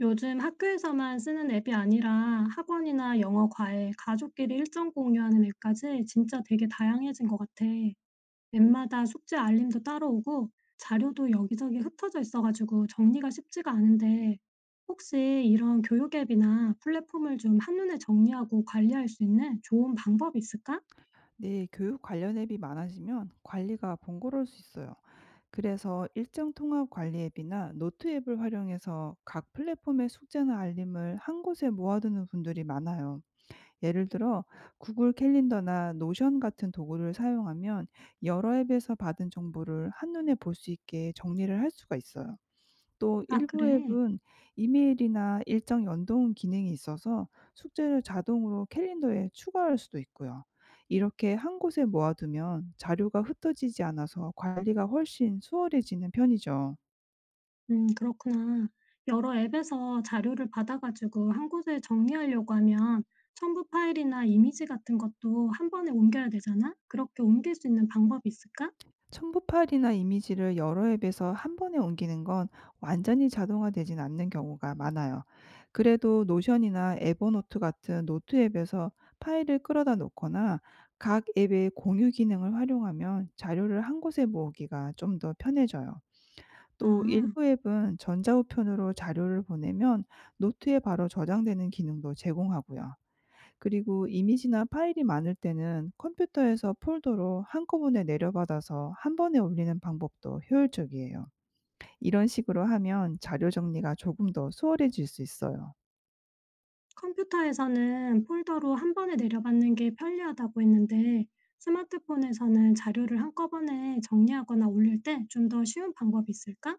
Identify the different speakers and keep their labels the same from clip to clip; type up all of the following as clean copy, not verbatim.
Speaker 1: 요즘 학교에서만 쓰는 앱이 아니라 학원이나 영어 과외, 가족끼리 일정 공유하는 앱까지 진짜 되게 다양해진 것 같아. 앱마다 숙제 알림도 따로 오고 자료도 여기저기 흩어져 있어가지고 정리가 쉽지가 않은데, 혹시 이런 교육 앱이나 플랫폼을 좀 한눈에 정리하고 관리할 수 있는 좋은 방법이 있을까?
Speaker 2: 네, 교육 관련 앱이 많아지면 관리가 번거로울 수 있어요. 그래서 일정 통합 관리 앱이나 노트 앱을 활용해서 각 플랫폼의 숙제나 알림을 한 곳에 모아두는 분들이 많아요. 예를 들어 구글 캘린더나 노션 같은 도구를 사용하면 여러 앱에서 받은 정보를 한눈에 볼 수 있게 정리를 할 수가 있어요. 또
Speaker 1: 아,
Speaker 2: 일부
Speaker 1: 그래.
Speaker 2: 앱은 이메일이나 일정 연동 기능이 있어서 숙제를 자동으로 캘린더에 추가할 수도 있고요. 이렇게 한 곳에 모아두면 자료가 흩어지지 않아서 관리가 훨씬 수월해지는 편이죠.
Speaker 1: 음, 그렇구나. 여러 앱에서 자료를 받아 가지고 한 곳에 정리하려고 하면 첨부 파일이나 이미지 같은 것도 한 번에 옮겨야 되잖아? 그렇게 옮길 수 있는 방법이 있을까?
Speaker 2: 첨부 파일이나 이미지를 여러 앱에서 한 번에 옮기는 건 완전히 자동화되진 않는 경우가 많아요. 그래도 노션이나 에버노트 같은 노트 앱에서 파일을 끌어다 놓거나 각 앱의 공유 기능을 활용하면 자료를 한 곳에 모으기가 좀 더 편해져요.
Speaker 1: 아.
Speaker 2: 또 일부 앱은 전자우편으로 자료를 보내면 노트에 바로 저장되는 기능도 제공하고요. 그리고 이미지나 파일이 많을 때는 컴퓨터에서 폴더로 한꺼번에 내려받아서 한 번에 올리는 방법도 효율적이에요. 이런 식으로 하면 자료 정리가 조금 더 수월해질 수 있어요.
Speaker 1: 컴퓨터에서는 폴더로 한 번에 내려받는 게 편리하다고 했는데, 스마트폰에서는 자료를 한꺼번에 정리하거나 올릴 때 좀 더 쉬운 방법이 있을까?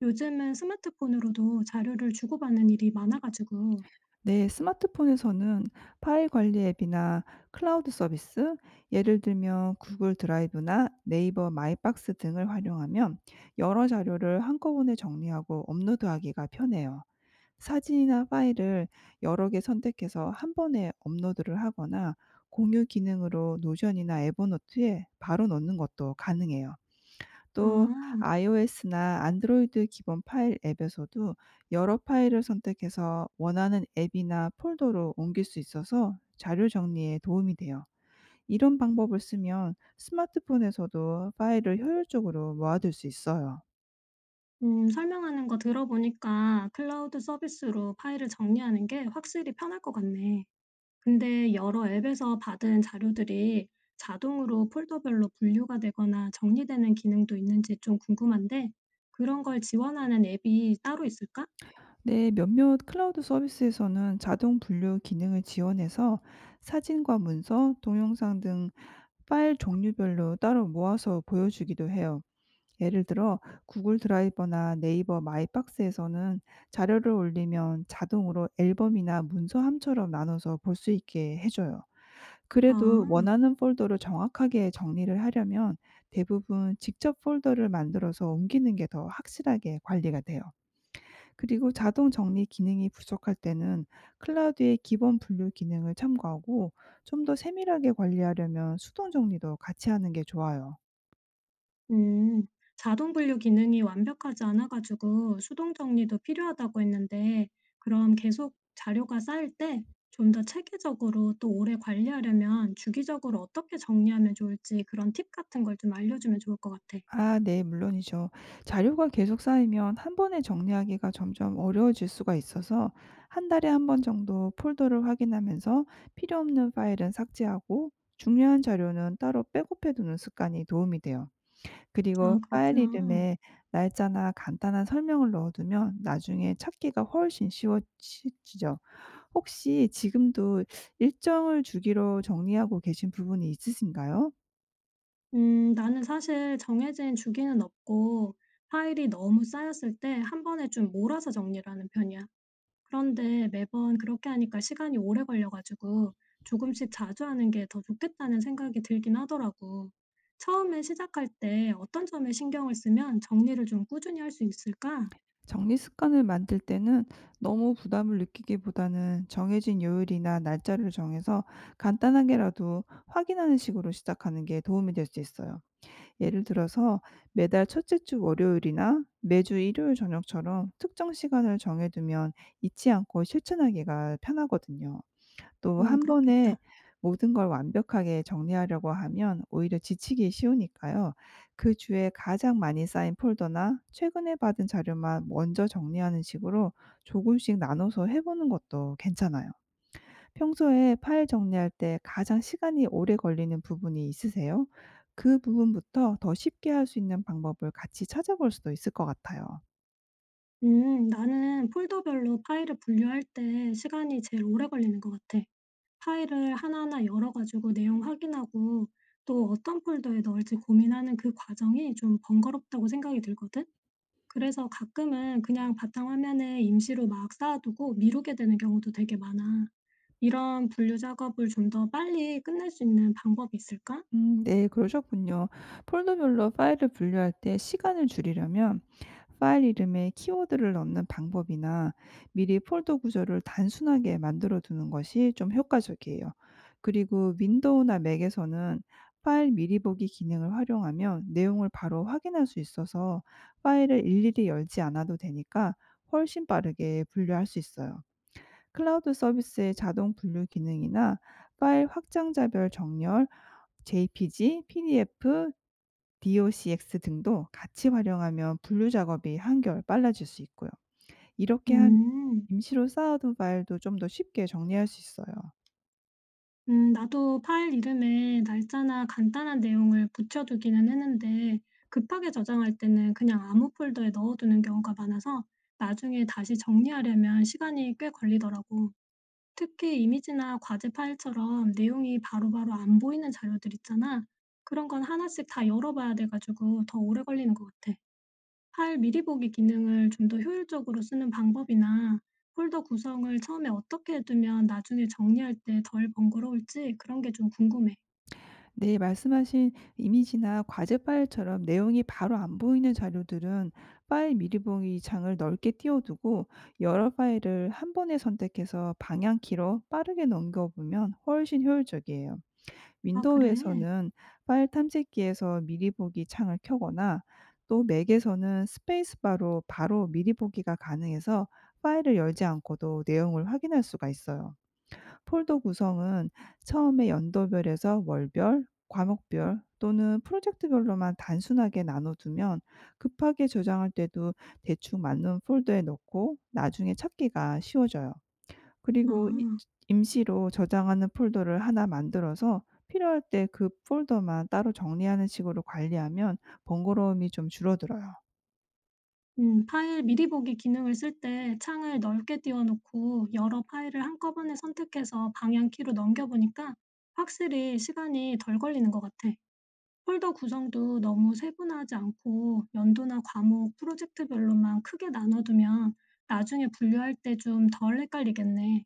Speaker 1: 요즘은 스마트폰으로도 자료를 주고받는 일이 많아 가지고.
Speaker 2: 네, 스마트폰에서는 파일 관리 앱이나 클라우드 서비스, 예를 들면 구글 드라이브나 네이버 마이박스 등을 활용하면 여러 자료를 한꺼번에 정리하고 업로드하기가 편해요. 사진이나 파일을 여러 개 선택해서 한 번에 업로드를 하거나 공유 기능으로 노션이나 에버노트에 바로 넣는 것도 가능해요. 또
Speaker 1: 아.
Speaker 2: iOS나 안드로이드 기본 파일 앱에서도 여러 파일을 선택해서 원하는 앱이나 폴더로 옮길 수 있어서 자료 정리에 도움이 돼요. 이런 방법을 쓰면 스마트폰에서도 파일을 효율적으로 모아둘 수 있어요.
Speaker 1: 설명하는 거 들어보니까 클라우드 서비스로 파일을 정리하는 게 확실히 편할 것 같네. 근데 여러 앱에서 받은 자료들이 자동으로 폴더별로 분류가 되거나 정리되는 기능도 있는지 좀 궁금한데, 그런 걸 지원하는 앱이 따로 있을까?
Speaker 2: 네, 몇몇 클라우드 서비스에서는 자동 분류 기능을 지원해서 사진과 문서, 동영상 등 파일 종류별로 따로 모아서 보여주기도 해요. 예를 들어 구글 드라이버나 네이버 마이박스에서는 자료를 올리면 자동으로 앨범이나 문서함처럼 나눠서 볼 수 있게 해줘요.
Speaker 1: 아.
Speaker 2: 그래도 원하는 폴더를 정확하게 정리를 하려면 대부분 직접 폴더를 만들어서 옮기는 게 더 확실하게 관리가 돼요. 그리고 자동 정리 기능이 부족할 때는 클라우드의 기본 분류 기능을 참고하고 좀 더 세밀하게 관리하려면 수동 정리도 같이 하는 게 좋아요.
Speaker 1: 음, 자동 분류 기능이 완벽하지 않아 가지고 수동 정리도 필요하다고 했는데, 그럼 계속 자료가 쌓일 때 좀 더 체계적으로 또 오래 관리하려면 주기적으로 어떻게 정리하면 좋을지 그런 팁 같은 걸 좀 알려주면 좋을 것 같아.
Speaker 2: 아, 네, 물론이죠. 자료가 계속 쌓이면 한 번에 정리하기가 점점 어려워질 수가 있어서 한 달에 한 번 정도 폴더를 확인하면서 필요 없는 파일은 삭제하고 중요한 자료는 따로 백업해 두는 습관이 도움이 돼요. 그리고
Speaker 1: 아,
Speaker 2: 파일
Speaker 1: 그렇구나.
Speaker 2: 이름에 날짜나 간단한 설명을 넣어두면 나중에 찾기가 훨씬 쉬워지죠. 혹시 지금도 일정을 주기로 정리하고 계신 부분이 있으신가요?
Speaker 1: 나는 사실 정해진 주기는 없고 파일이 너무 쌓였을 때 한 번에 좀 몰아서 정리를 하는 편이야. 그런데 매번 그렇게 하니까 시간이 오래 걸려 가지고 조금씩 자주 하는 게 더 좋겠다는 생각이 들긴 하더라고. 처음에 시작할 때 어떤 점에 신경을 쓰면 정리를 좀 꾸준히 할 수 있을까?
Speaker 2: 정리 습관을 만들 때는 너무 부담을 느끼기보다는 정해진 요일이나 날짜를 정해서 간단하게라도 확인하는 식으로 시작하는 게 도움이 될 수 있어요. 예를 들어서 매달 첫째 주 월요일이나 매주 일요일 저녁처럼 특정 시간을 정해두면 잊지 않고 실천하기가 편하거든요. 또
Speaker 1: 어,
Speaker 2: 한
Speaker 1: 그렇겠다.
Speaker 2: 번에 모든 걸 완벽하게 정리하려고 하면 오히려 지치기 쉬우니까요. 그 주에 가장 많이 쌓인 폴더나 최근에 받은 자료만 먼저 정리하는 식으로 조금씩 나눠서 해 보는 것도 괜찮아요. 평소에 파일 정리할 때 가장 시간이 오래 걸리는 부분이 있으세요? 그 부분부터 더 쉽게 할 수 있는 방법을 같이 찾아볼 수도 있을 것 같아요.
Speaker 1: 나는 폴더별로 파일을 분류할 때 시간이 제일 오래 걸리는 것 같아. 파일을 하나하나 열어가지고 내용 확인하고 또 어떤 폴더에 넣을지 고민하는 그 과정이 좀 번거롭다고 생각이 들거든? 그래서 가끔은 그냥 바탕화면에 임시로 막 쌓아 두고 미루게 되는 경우도 되게 많아. 이런 분류 작업을 좀 더 빨리 끝낼 수 있는 방법이 있을까?
Speaker 2: 네, 그러셨군요. 폴더별로 파일을 분류할 때 시간을 줄이려면 파일 이름에 키워드를 넣는 방법이나 미리 폴더 구조를 단순하게 만들어 두는 것이 좀 효과적이에요. 그리고 윈도우나 맥에서는 파일 미리 보기 기능을 활용하면 내용을 바로 확인할 수 있어서 파일을 일일이 열지 않아도 되니까 훨씬 빠르게 분류할 수 있어요. 클라우드 서비스의 자동 분류 기능이나 파일 확장자별 정렬 JPG, PDF, DOCX 등도 같이 활용하면 분류 작업이 한결 빨라질 수 있고요. 이렇게 하면
Speaker 1: 음,
Speaker 2: 임시로 쌓아둔 파일도 좀 더 쉽게 정리할 수 있어요.
Speaker 1: 나도 파일 이름에 날짜나 간단한 내용을 붙여두기는 했는데 급하게 저장할 때는 그냥 아무 폴더에 넣어두는 경우가 많아서 나중에 다시 정리하려면 시간이 꽤 걸리더라고. 특히 이미지나 과제 파일처럼 내용이 바로바로 안 보이는 자료들 있잖아. 그런 건 하나씩 다 열어봐야 돼 가지고 더 오래 걸리는 것 같아. 파일 미리 보기 기능을 좀 더 효율적으로 쓰는 방법이나 폴더 구성을 처음에 어떻게 해두면 나중에 정리할 때 덜 번거로울지 그런 게 좀 궁금해.
Speaker 2: 네, 말씀하신 이미지나 과제 파일처럼 내용이 바로 안 보이는 자료들은 파일 미리 보기 창을 넓게 띄워두고 여러 파일을 한 번에 선택해서 방향키로 빠르게 넘겨보면 훨씬 효율적이에요.
Speaker 1: 아, 그래?
Speaker 2: 윈도우에서는 파일 탐색기에서 미리 보기 창을 켜거나 또 맥에서는 스페이스바로 바로 미리 보기가 가능해서 파일을 열지 않고도 내용을 확인할 수가 있어요. 폴더 구성은 처음에 연도별에서 월별, 과목별 또는 프로젝트별로만 단순하게 나눠두면 급하게 저장할 때도 대충 맞는 폴더에 넣고 나중에 찾기가 쉬워져요.
Speaker 1: 아.
Speaker 2: 그리고 이 임시로 저장하는 폴더를 하나 만들어서 필요할 때 그 폴더만 따로 정리하는 식으로 관리하면 번거로움이 좀 줄어들어요.
Speaker 1: 음, 파일 미리 보기 기능을 쓸 때 창을 넓게 띄워 놓고 여러 파일을 한꺼번에 선택해서 방향키로 넘겨 보니까 확실히 시간이 덜 걸리는 것 같아. 폴더 구성도 너무 세분화하지 않고 연도나 과목, 프로젝트별로만 크게 나눠두면 나중에 분류할 때 좀 덜 헷갈리겠네.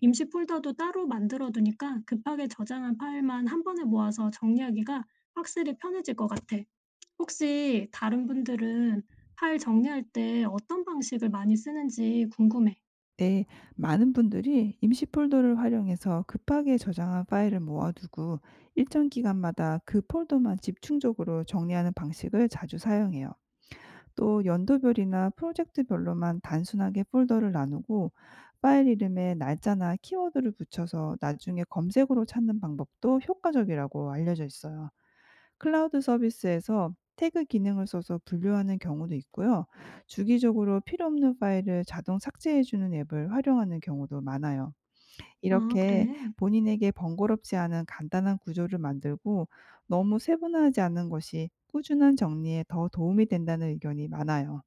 Speaker 1: 임시 폴더도 따로 만들어두니까 급하게 저장한 파일만 한 번에 모아서 정리하기가 확실히 편해질 것 같아. 혹시 다른 분들은 파일 정리할 때 어떤 방식을 많이 쓰는지 궁금해.
Speaker 2: 네. 많은 분들이 임시 폴더를 활용해서 급하게 저장한 파일을 모아 두고 일정 기간마다 그 폴더만 집중적으로 정리하는 방식을 자주 사용해요. 또 연도별이나 프로젝트별로만 단순하게 폴더를 나누고 파일 이름에 날짜나 키워드를 붙여서 나중에 검색으로 찾는 방법도 효과적이라고 알려져 있어요. 클라우드 서비스에서 태그 기능을 써서 분류하는 경우도 있고요. 주기적으로 필요 없는 파일을 자동 삭제해주는 앱을 활용하는 경우도 많아요.
Speaker 1: 아,
Speaker 2: 이렇게
Speaker 1: 그래.
Speaker 2: 본인에게 번거롭지 않은 간단한 구조를 만들고 너무 세분화하지 않은 것이 꾸준한 정리에 더 도움이 된다는 의견이 많아요.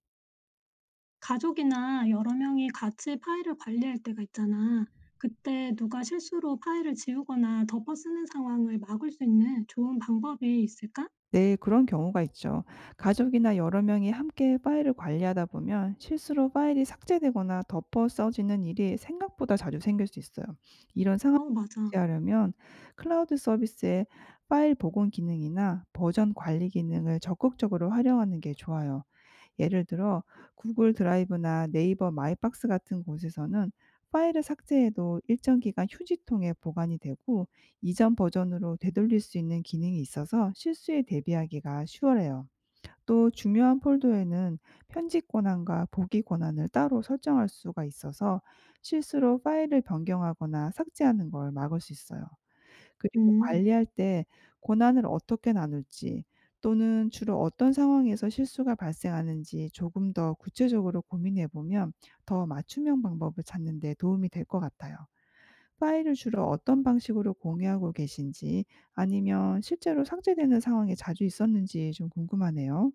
Speaker 1: 가족이나 여러 명이 같이 파일을 관리할 때가 있잖아. 그때 누가 실수로 파일을 지우거나 덮어 쓰는 상황을 막을 수 있는 좋은 방법이 있을까?
Speaker 2: 네, 그런 경우가 있죠. 가족이나 여러 명이 함께 파일을 관리하다 보면 실수로 파일이 삭제되거나 덮어 써지는 일이 생각보다 자주 생길 수 있어요. 이런 상황을
Speaker 1: 어, 맞아.
Speaker 2: 대비하려면 클라우드 서비스의 파일 복원 기능이나 버전 관리 기능을 적극적으로 활용하는 게 좋아요. 예를 들어 구글 드라이브나 네이버 마이박스 같은 곳에서는 파일을 삭제해도 일정 기간 휴지통에 보관이 되고 이전 버전으로 되돌릴 수 있는 기능이 있어서 실수에 대비하기가 쉬워요. 또 중요한 폴더에는 편집 권한과 보기 권한을 따로 설정할 수가 있어서 실수로 파일을 변경하거나 삭제하는 걸 막을 수 있어요. 그리고
Speaker 1: 음.
Speaker 2: 관리할 때 고난을 어떻게 나눌지 또는 주로 어떤 상황에서 실수가 발생하는지 조금 더 구체적으로 고민해 보면 더 맞춤형 방법을 찾는 데 도움이 될 것 같아요. 파일을 주로 어떤 방식으로 공유하고 계신지, 아니면 실제로 삭제되는 상황이 자주 있었는지 좀 궁금하네요.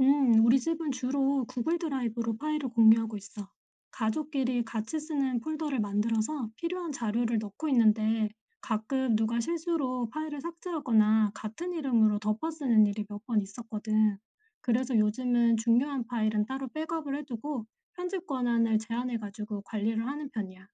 Speaker 1: 우리 집은 주로 구글 드라이브로 파일을 공유하고 있어. 가족끼리 같이 쓰는 폴더를 만들어서 필요한 자료를 넣고 있는데 가끔 누가 실수로 파일을 삭제하거나 같은 이름으로 덮어 쓰는 일이 몇 번 있었거든. 그래서 요즘은 중요한 파일은 따로 백업을 해두고 편집 권한을 제한해가지고 관리를 하는 편이야.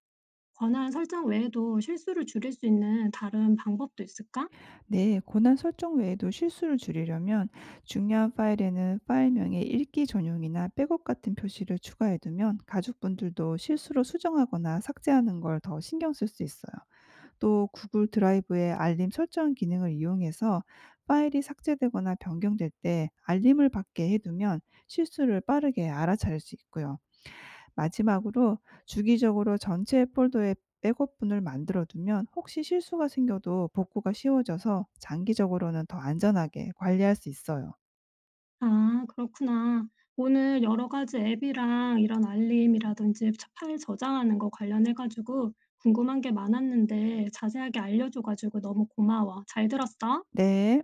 Speaker 1: 권한 설정 외에도 실수를 줄일 수 있는 다른 방법도 있을까?
Speaker 2: 네, 고난 설정 외에도 실수를 줄이려면 중요한 파일에는 파일명에 읽기 전용이나 백업 같은 표시를 추가해두면 가족분들도 실수로 수정하거나 삭제하는 걸 더 신경 쓸 수 있어요. 또 구글 드라이브의 알림 설정 기능을 이용해서 파일이 삭제되거나 변경될 때 알림을 받게 해두면 실수를 빠르게 알아차릴 수 있고요. 마지막으로 주기적으로 전체 폴더에 백업분을 만들어 두면 혹시 실수가 생겨도 복구가 쉬워져서 장기적으로는 더 안전하게 관리할 수 있어요.
Speaker 1: 아, 그렇구나. 오늘 여러 가지 앱이랑 이런 알림이라든지 저 파일 저장하는 거 관련해 가지고 궁금한 게 많았는데 자세하게 알려 줘 가지고 너무 고마워. 잘 들었어?
Speaker 2: 네.